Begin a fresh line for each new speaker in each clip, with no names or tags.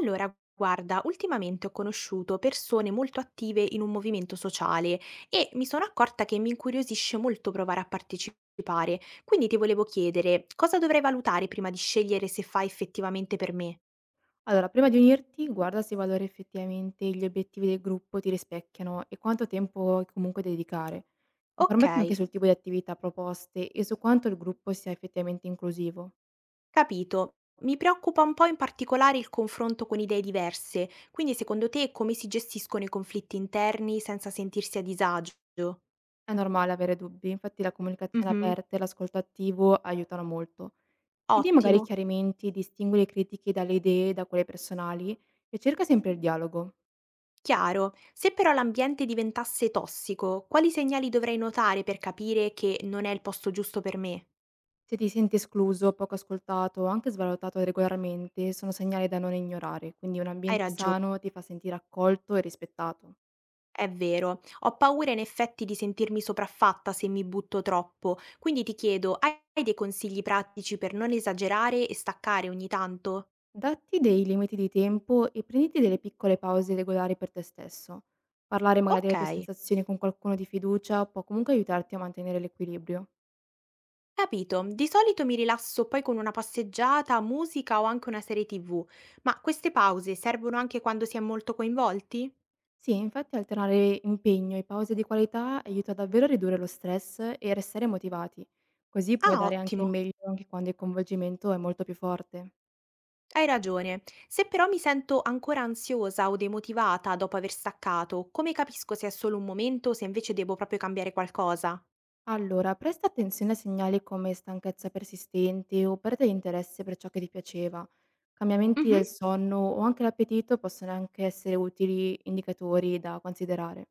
Allora, guarda, ultimamente ho conosciuto persone molto attive in un movimento sociale e mi sono accorta che mi incuriosisce molto provare a partecipare. Quindi ti volevo chiedere cosa dovrei valutare prima di scegliere se fa effettivamente per me?
Allora, prima di unirti, guarda se i valori effettivamente gli obiettivi del gruppo ti rispecchiano e quanto tempo vuoi comunque dedicare.
Ok,
Informati anche sul tipo di attività proposte e su quanto il gruppo sia effettivamente inclusivo.
capito. Mi preoccupa un po' in particolare il confronto con idee diverse, quindi secondo te come si gestiscono i conflitti interni senza sentirsi a disagio?
È normale avere dubbi, infatti la comunicazione
Mhm.
aperta e l'ascolto attivo aiutano molto. Chiedi magari
Ottimo.
chiarimenti, distingui le critiche dalle idee, da quelle personali e cerca sempre il dialogo.
Chiaro, se però l'ambiente diventasse tossico, quali segnali dovrei notare per capire che non è il posto giusto per me?
Se ti senti escluso, poco ascoltato o anche svalutato regolarmente, sono segnali da non ignorare, quindi un
Hai
ambiente
ragione,
sano ti fa sentire accolto e rispettato.
è vero. Ho paura in effetti di sentirmi sopraffatta se mi butto troppo, quindi ti chiedo, hai dei consigli pratici per non esagerare e staccare ogni tanto?
Datti dei limiti di tempo e prenditi delle piccole pause regolari per te stesso. Parlare magari
Ok,
delle tue sensazioni con qualcuno di fiducia può comunque aiutarti a mantenere l'equilibrio.
capito. Di solito mi rilasso poi con una passeggiata, musica o anche una serie TV, ma queste pause servono anche quando si è molto coinvolti?
Sì, infatti alternare impegno e pause di qualità aiuta davvero a ridurre lo stress e a restare motivati, così puoi
Ah,
dare anche il
ottimo.
meglio anche quando il coinvolgimento è molto più forte.
Hai ragione. Se però mi sento ancora ansiosa o demotivata dopo aver staccato, come capisco se è solo un momento o se invece devo proprio cambiare qualcosa?
Allora, presta attenzione a segnali come stanchezza persistente o perdita di interesse per ciò che ti piaceva. Cambiamenti
Mhm.
del sonno o anche l'appetito possono anche essere utili indicatori da considerare.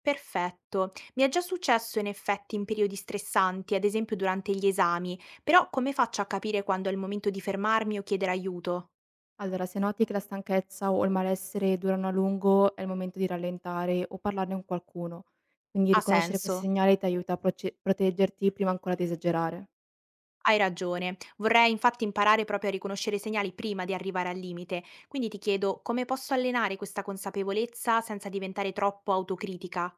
Perfetto. Mi è già successo in effetti in periodi stressanti, ad esempio durante gli esami, però come faccio a capire quando è il momento di fermarmi o chiedere aiuto?
Allora, se noti che la stanchezza o il malessere durano a lungo, è il momento di rallentare o parlarne con qualcuno. Quindi
Ha
riconoscere
senso.
questi segnali ti aiuta a proteggerti prima ancora di esagerare.
Hai ragione. Vorrei infatti imparare proprio a riconoscere i segnali prima di arrivare al limite, quindi ti chiedo come posso allenare questa consapevolezza senza diventare troppo autocritica?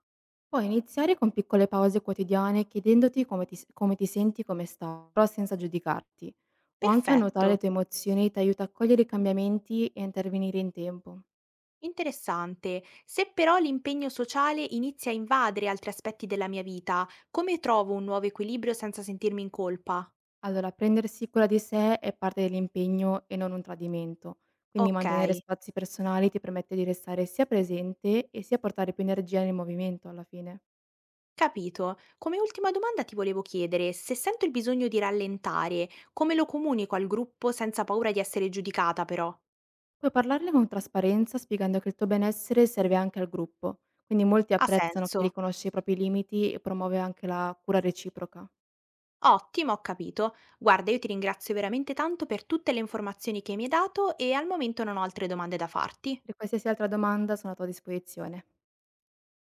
Puoi iniziare con piccole pause quotidiane chiedendoti come ti senti, come sta, però senza giudicarti. O anche annotare
Perfetto,
le tue emozioni ti aiuta a cogliere i cambiamenti e a intervenire in tempo.
interessante. Se però l'impegno sociale inizia a invadere altri aspetti della mia vita, come trovo un nuovo equilibrio senza sentirmi in colpa?
Allora, prendersi cura di sé è parte dell'impegno e non un tradimento, quindi
Ok,
mantenere spazi personali ti permette di restare sia presente e sia portare più energia nel movimento alla fine.
capito. Come ultima domanda ti volevo chiedere, se sento il bisogno di rallentare, come lo comunico al gruppo senza paura di essere giudicata però?
Puoi parlarne con trasparenza, spiegando che il tuo benessere serve anche al gruppo, quindi molti
Ha
apprezzano chi
senso.
riconosce i propri limiti e promuove anche la cura reciproca.
Ottimo, ho capito. Guarda, io ti ringrazio veramente tanto per tutte le informazioni che mi hai dato e al momento non ho altre domande da farti.
Per qualsiasi altra domanda sono a tua disposizione.